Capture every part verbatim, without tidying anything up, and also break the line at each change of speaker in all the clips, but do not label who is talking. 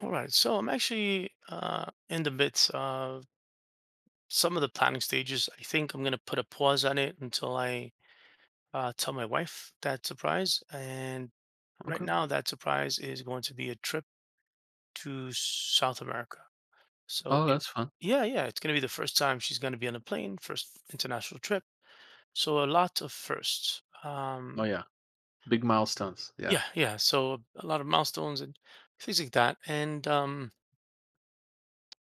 All right, so I'm actually uh, in the midst of some of the planning stages. I think I'm going to put a pause on it until I uh, tell my wife that surprise. And right
Okay.
now, that surprise is going to be a trip to South America. So,
Oh,
it,
that's fun.
yeah, yeah, it's going to be the first time she's going to be on a plane, first international trip. So, a lot of firsts.
Oh,
Um,
yeah. Big milestones. Yeah.
yeah, yeah. So, a lot of milestones and things like that. And um,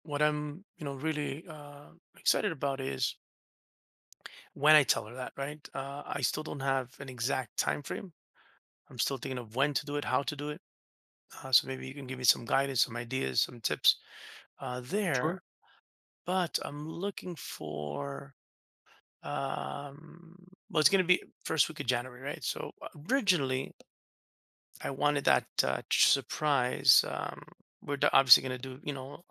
what I'm, you know, really uh, excited about is when I tell her that, right? Uh, I still don't have an exact time frame. I'm still thinking of when to do it, how to do it. Uh, so maybe you can give me some guidance, some ideas, some tips uh, there.
Sure.
But I'm looking for um well, it's going to be first week of January, right? So originally, I wanted that uh, ch- surprise um we're d- obviously going to do you know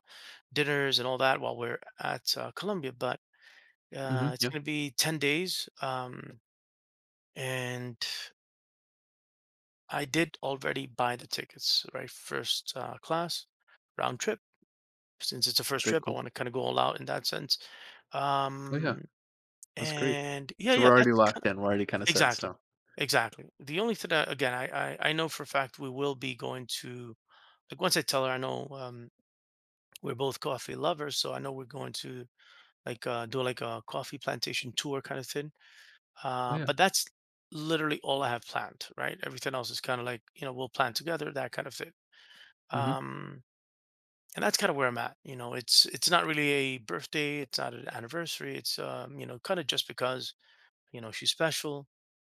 dinners and all that while we're at uh, Colombia. But
hmm
uh, it's
Yeah.
going to be ten days, um, and I did already buy the tickets, right? First uh, class, round trip. Since it's a first
Very
trip, I
cool.
want to kind of go all out in that sense.
Oh, yeah.
Um,
That's great.
and yeah,
So we're
yeah,
already
that's
locked in. We're already kind of set in
Exactly,
stone.
exactly. The only thing that, again, I, I I know for a fact we will be going to, like, once I tell her, I know um, we're both coffee lovers, so I know we're going to, like uh, do like a coffee plantation tour kind of thing.
Oh,
Uh,
yeah.
but that's literally all I have planned, right? Everything else is kind of like you know we'll plan together, that kind of thing.
hmm
Um, and that's kind of where I'm at. You know, it's it's not really a birthday, it's not an anniversary. It's um, you know, kind of just because, you know, she's special,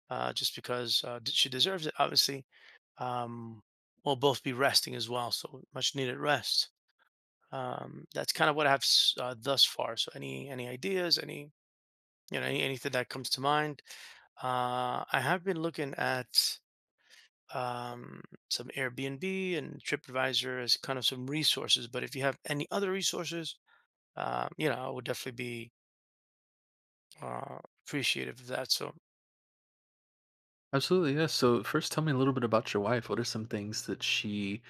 uh, just because uh, d- she deserves it. Obviously, um, we'll both be resting as well, so much needed rest. Um, that's kind of what I have s- uh, thus far. So any any ideas, any, you know, any, anything that comes to mind? Uh, I have been looking at um some Airbnb and Tripadvisor as kind of some resources, but if you have any other resources um, you know, I would definitely be uh, appreciative of that. So,
Absolutely. Yeah. So first, tell me a little bit about your wife. What are some things that she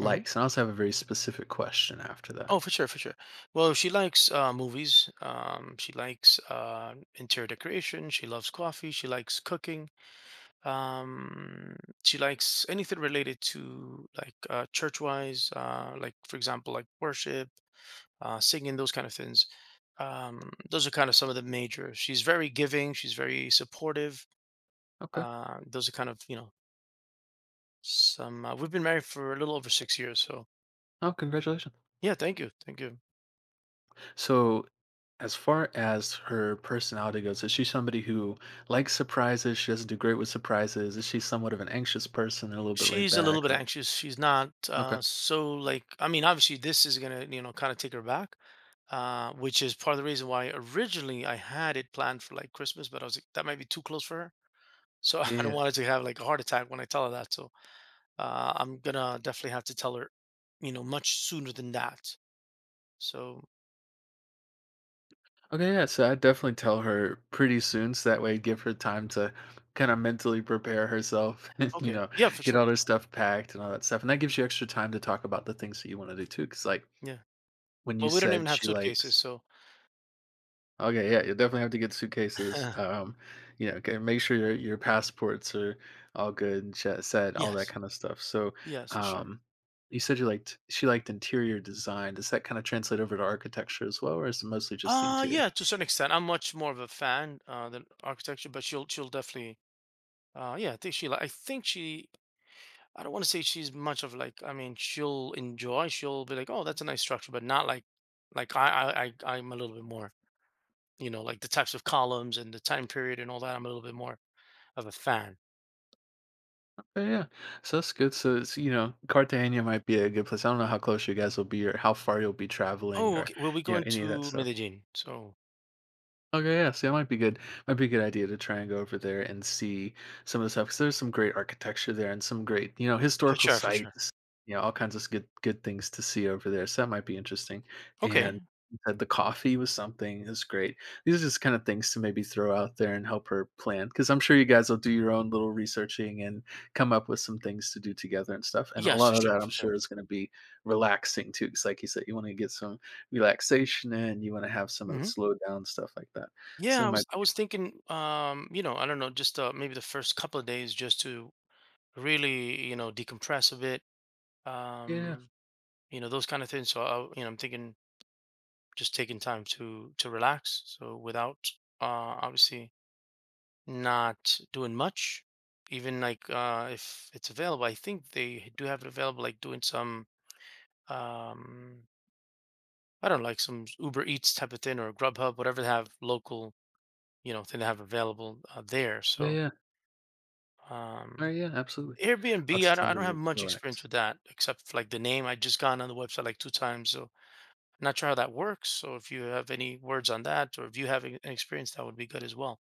mhm.
And I also have a very specific question after that.
Oh, for sure, for sure. Well, she likes uh, movies. Um, she likes uh, interior decoration. She loves coffee. She likes cooking. Um, she likes anything related to like uh, church-wise, uh, like, for example, like worship, uh, singing, those kind of things. Um, those are kind of some of the major. She's very giving. She's very supportive.
Okay.
Uh, those are kind of, you know, some. Uh, we've been married for a little over six years, so.
Oh, congratulations.
Yeah, thank you. Thank you.
So as far as her personality goes, is she somebody who likes surprises? She doesn't do great with surprises. Is she somewhat of an anxious person, a little bit laid
She's a
back?
little bit
Or like,
anxious. She's not
okay.
uh, so, like, I mean, obviously, this is going to, you know, kind of take her back, uh, which is part of the reason why originally I had it planned for like Christmas, but I was like, that might be too close for her. So I
Yeah.
don't
yeah,
want her to have like a heart attack when I tell her that. So uh, I'm going to definitely have to tell her, you know, much sooner than that. So,
Okay, yeah, so I definitely tell her pretty soon, so that way give her time to kind of mentally prepare herself and, you
okay.
know,
Yeah, for
get
sure.
all her stuff packed and all that stuff. And that gives you extra time to talk about the things that you want to do too. Cause like
Yeah.
when you
Well, we don't even
said
have
she
suitcases.
likes,
So,
okay, yeah, you'll definitely have to get suitcases. Um, you know, okay, make sure your your passports are all good and sh- set, all that
yes.
kind of stuff. So,
Yes, for sure.
um, you said you liked she liked interior design. Does that kind of translate over to architecture as well, or is it mostly just the
Uh
interior?
yeah, to a certain extent. I'm much more of a fan uh than architecture, but she'll she'll definitely, uh yeah, I think she like I think she I don't want to say she's much of, like, I mean, she'll enjoy, she'll be like, "Oh, that's a nice structure," but not like, like I I, I I'm a little bit more, you know, like the types of columns and the time period and all that, I'm a little bit more of a fan.
Okay, yeah. So that's good. So it's, you know, Cartagena might be a good place. I don't know how close you guys will be or how far you'll be traveling
Oh,
or,
okay. We'll be
you know,
going
any of that
to
stuff.
Medellin. So
Okay, yeah, see, that might be good. Might be a good idea to try and go over there and see some of the stuff because there's some great architecture there and some great, you know,
for
historical
sure, for sure.
sites. You know, all kinds of good good things to see over there. So that might be interesting.
Okay.
And you said the coffee was something is great. These are just kind of things to maybe throw out there and help her plan because I'm sure you guys will do your own little researching and come up with some things to do together and stuff. And a
Yes,
lot
for
of
sure,
that I'm
for
sure
sure.
is going to be relaxing too, because like you said, you want to get some relaxation and you wanna have some of the
hmm
slow down stuff like that. So
Yeah,
it
I was
might be
I was thinking, um, you know, I don't know, just uh, maybe the first couple of days just to really, you know, decompress a bit,
good. Yeah,
um you know, those kind of things. So I, you know, I'm thinking just taking time to to relax so without, uh, obviously, not doing much, even like, uh, if it's available, I think they do have it available, like doing some um I don't know, like some Uber Eats type of thing or Grubhub, whatever they have local, you know, thing they have available uh, there.
yeah,
so
yeah. Oh,
um
yeah, absolutely.
Airbnb,
Lots
I
of
don't,
time
I
to
don't have
re
much experience
relax.
with that except for like the name. I just gone on the website like two times, so, not sure how that works. So if you have any words on that, or if you have an experience, that would be good as well.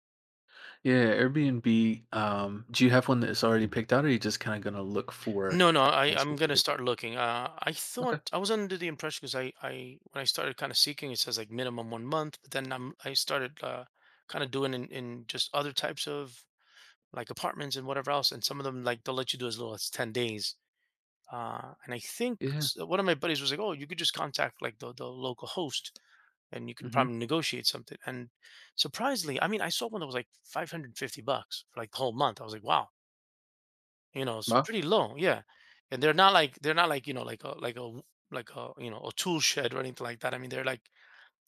Yeah, Airbnb, um, do you have one that's already picked out or are you just kinda gonna look for
No, no, I,
one
I'm gonna
specific thing?
start looking. Uh, I thought
Okay.
I was under the impression because I, I when I started kind of seeking, it says like minimum one month, but then I'm I started uh, kind of doing in, in just other types of, like, apartments and whatever else, and some of them, like, they'll let you do as little as ten days. Uh, and I think
Yeah.
s- uh, one of my buddies was like, "Oh, you could just contact like the the local host, and you could
Mhm.
probably negotiate something." And surprisingly, I mean, I saw one that was like five hundred fifty bucks for like the whole month. I was like, "Wow, you know, it's
Wow.
pretty low." Yeah, and they're not like, they're not like, you know, like a, like a w- like a you know, a tool shed or anything like that. I mean, they're like,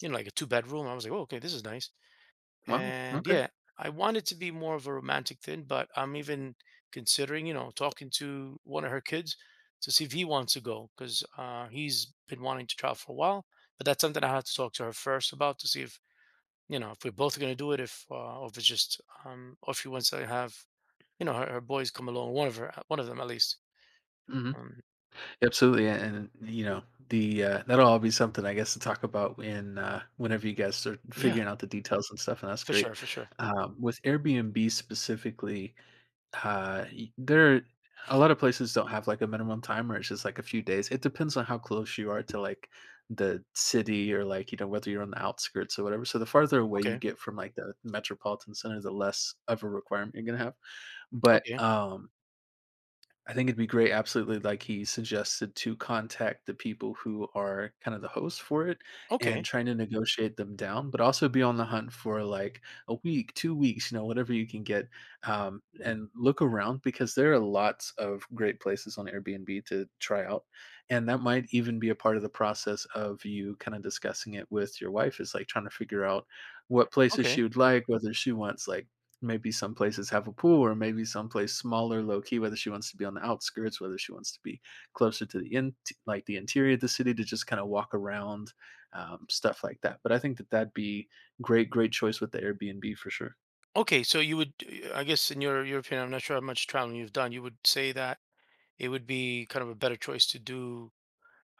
you know, like a two bedroom. I was like, "Oh, okay, this is nice."
Wow.
And
Okay.
yeah, I want it to be more of a romantic thing, but I'm even considering, you know, talking to one of her kids to see if he wants to go because uh, he's been wanting to travel for a while. But that's something I have to talk to her first about to see if, you know, if we're both going to do it, if, uh, or if it's just, um, or if she wants to have, you know, her, her boys come along, one of her, one of them at least.
Mhm.
Um,
Absolutely, and and, you know, the, uh that'll all be something, I guess, to talk about in, uh whenever you guys start
yeah,
figuring out the details and stuff, and that's
for
great.
sure, for sure.
Um, with Airbnb specifically Uh, y there a lot of places don't have, like, a minimum time or it's just, like, a few days. It depends on how close you are to, like, the city or, like, you know, whether you're on the outskirts or whatever. So, the farther away you
Okay,
get from, like, the metropolitan center, the less of a requirement you're gonna have. But,
okay,
um I think it'd be great, absolutely, like he suggested, to contact the people who are kind of the hosts for it and
okay,
trying to negotiate them down, but also be on the hunt for like a week, two weeks, you know, whatever you can get, um, and look around because there are lots of great places on Airbnb to try out, and that might even be a part of the process of you kinda discussing it with your wife is, like, trying to figure out what places
okay.
she would like, whether she wants, like, maybe some places have a pool, or maybe someplace smaller, low key. Whether she wants to be on the outskirts, whether she wants to be closer to the in, like the interior of the city to just kind of walk around, um, stuff like that. But I think that that'd be great, great choice with the Airbnb for sure.
Okay, so you would, I guess, in your your opinion, I'm not sure how much traveling you've done. You would say that it would be kind of a better choice to do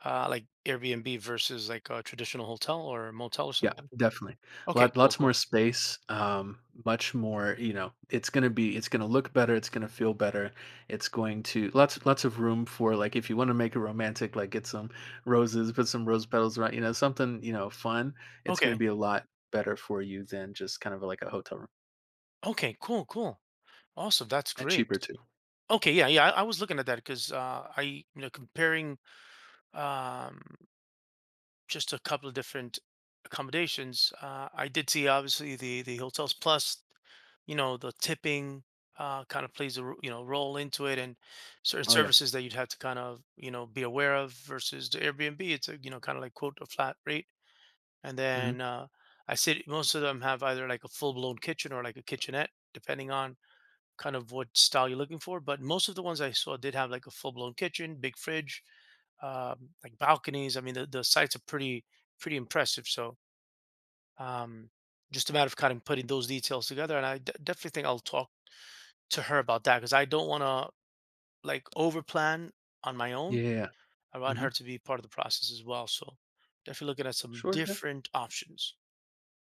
uh, like Airbnb versus like a traditional hotel or motel or
Yeah,
something?
definitely.
Okay,
Lot
cool,
lots
cool.
more space, um, much more, you know, it's gonna be it's gonna look better, it's gonna feel better. It's going to lots lots of room for like if you want to make it romantic, like get some roses, put some rose petals around, you know, something, you know, fun. It's gonna
Okay,
be a lot better for you than just kind of like a hotel room.
okay, cool, cool. Awesome, that's
And
great.
cheaper too.
Okay, yeah, yeah. I, I was looking at that because uh, I, you know, comparing. Um, just a couple of different accommodations. Uh, I did see obviously the the hotels plus, you know, the tipping uh, kind of plays a r- you know role into it, and certain
Oh yeah.
services that you'd have to kind of, you know, be aware of versus the Airbnb. It's a, you know, kind of like quote a flat rate, and
hmm
then uh, I said most of them have either like a full blown kitchen or like a kitchenette, depending on kind of what style you're looking for. But most of the ones I saw did have like a full blown kitchen, big fridge, um, like balconies. I mean, the, the sites are pretty, pretty impressive. So um, just a matter of kind of putting those details together. And I d- definitely think I'll talk to her about that because I don't want to like over plan on my own.
Yeah.
I want
hmm
her to be part of the process as well. So definitely looking at some
Sure. Yeah.
different options.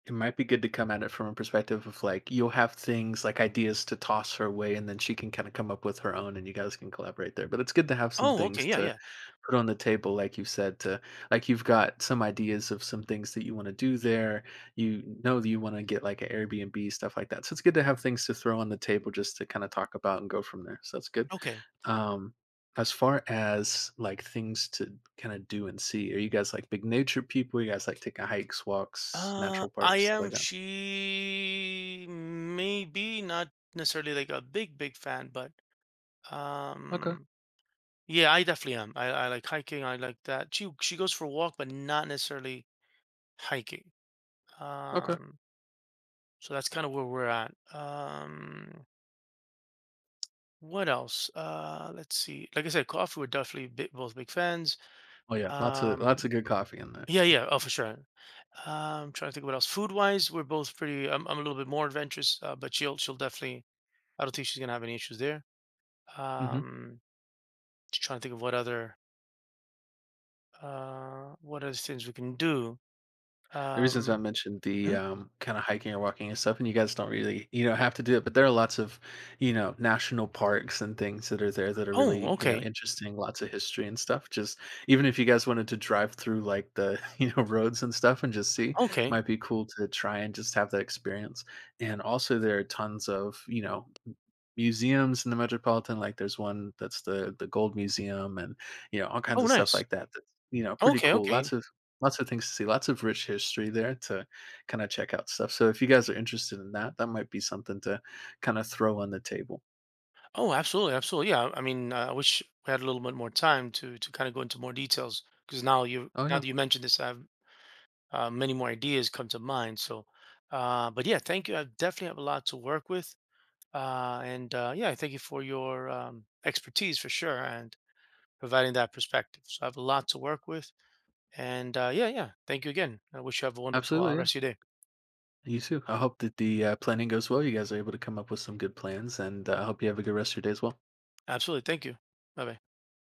It might be good to come at it from a perspective of like you'll have things like ideas to toss her way and then she can kind of come up with her own and you guys can collaborate there. But it's good to have some
Oh,
things
okay, yeah,
to
yeah,
put on the table, like you said, to like you've got some ideas of some things that you want to do there. You know that you want to get like an Airbnb, stuff like that. So it's good to have things to throw on the table just to kind of talk about and go from there. So that's good.
okay.
Um, as far as like things to kind of do and see, are you guys like big nature people? You guys like taking hikes, walks,
Uh,
natural
I
parks, stuff
am.
like that?
She may be not necessarily like a big, big fan, but
Okay,
um, yeah, I definitely am. I, I like hiking. I like that. She she goes for a walk, but not necessarily hiking.
okay.
Um, so that's kind of where we're at. Um, what else? Uh, let's see. Like I said, coffee. We're definitely big, both big fans.
Oh yeah, lots of lots
Um,
of good coffee in there.
yeah, yeah. Oh, for sure. Um, trying to think what else. Food wise, we're both pretty. I'm, I'm a little bit more adventurous, uh, but she'll she'll definitely, I don't think she's gonna have any issues there.
Mhm.
Um, just trying to think of what other uh what other things we can do.
The reasons I
Um,
mentioned the,
hmm?
um, kinda hiking or walking and stuff, and you guys don't really, you know, have to do it, but there are lots of, you know, national parks and things that are there that are
Oh,
really, you know,
okay,
interesting, lots of history and stuff. Just even if you guys wanted to drive through, like, the, you know, roads and stuff and just see,
okay,
might be cool to try and just have that experience. And also there are tons of, you know, museums in the metropolitan, like there's one that's the the gold museum and, you know, all kinds
oh,
of stuff
nice,
like that that's, you know, pretty
okay,
cool.
okay,
Lots of lots of things to see, lots of rich history there to kinda check out stuff. So if you guys are interested in that, that might be something to kinda throw on the table.
oh, absolutely, absolutely, yeah. I mean, uh, I wish we had a little bit more time to to kind of go into more details because now, you,
Oh,
now
yeah.
that you mentioned this, I have uh, many more ideas come to mind. So, uh, but yeah, thank you. I definitely have a lot to work with, uh, and uh, yeah, thank you for your um, expertise for sure, and providing that perspective. So I have a lot to work with. And uh, yeah, yeah. Thank you again. I wish you have a wonderful uh,
Absolutely, yeah.
rest of your day.
You too. I hope that the, uh, planning goes well, you guys are able to come up with some good plans, and, uh, I hope you have a good rest of your day as well.
Absolutely. Thank you. Bye bye.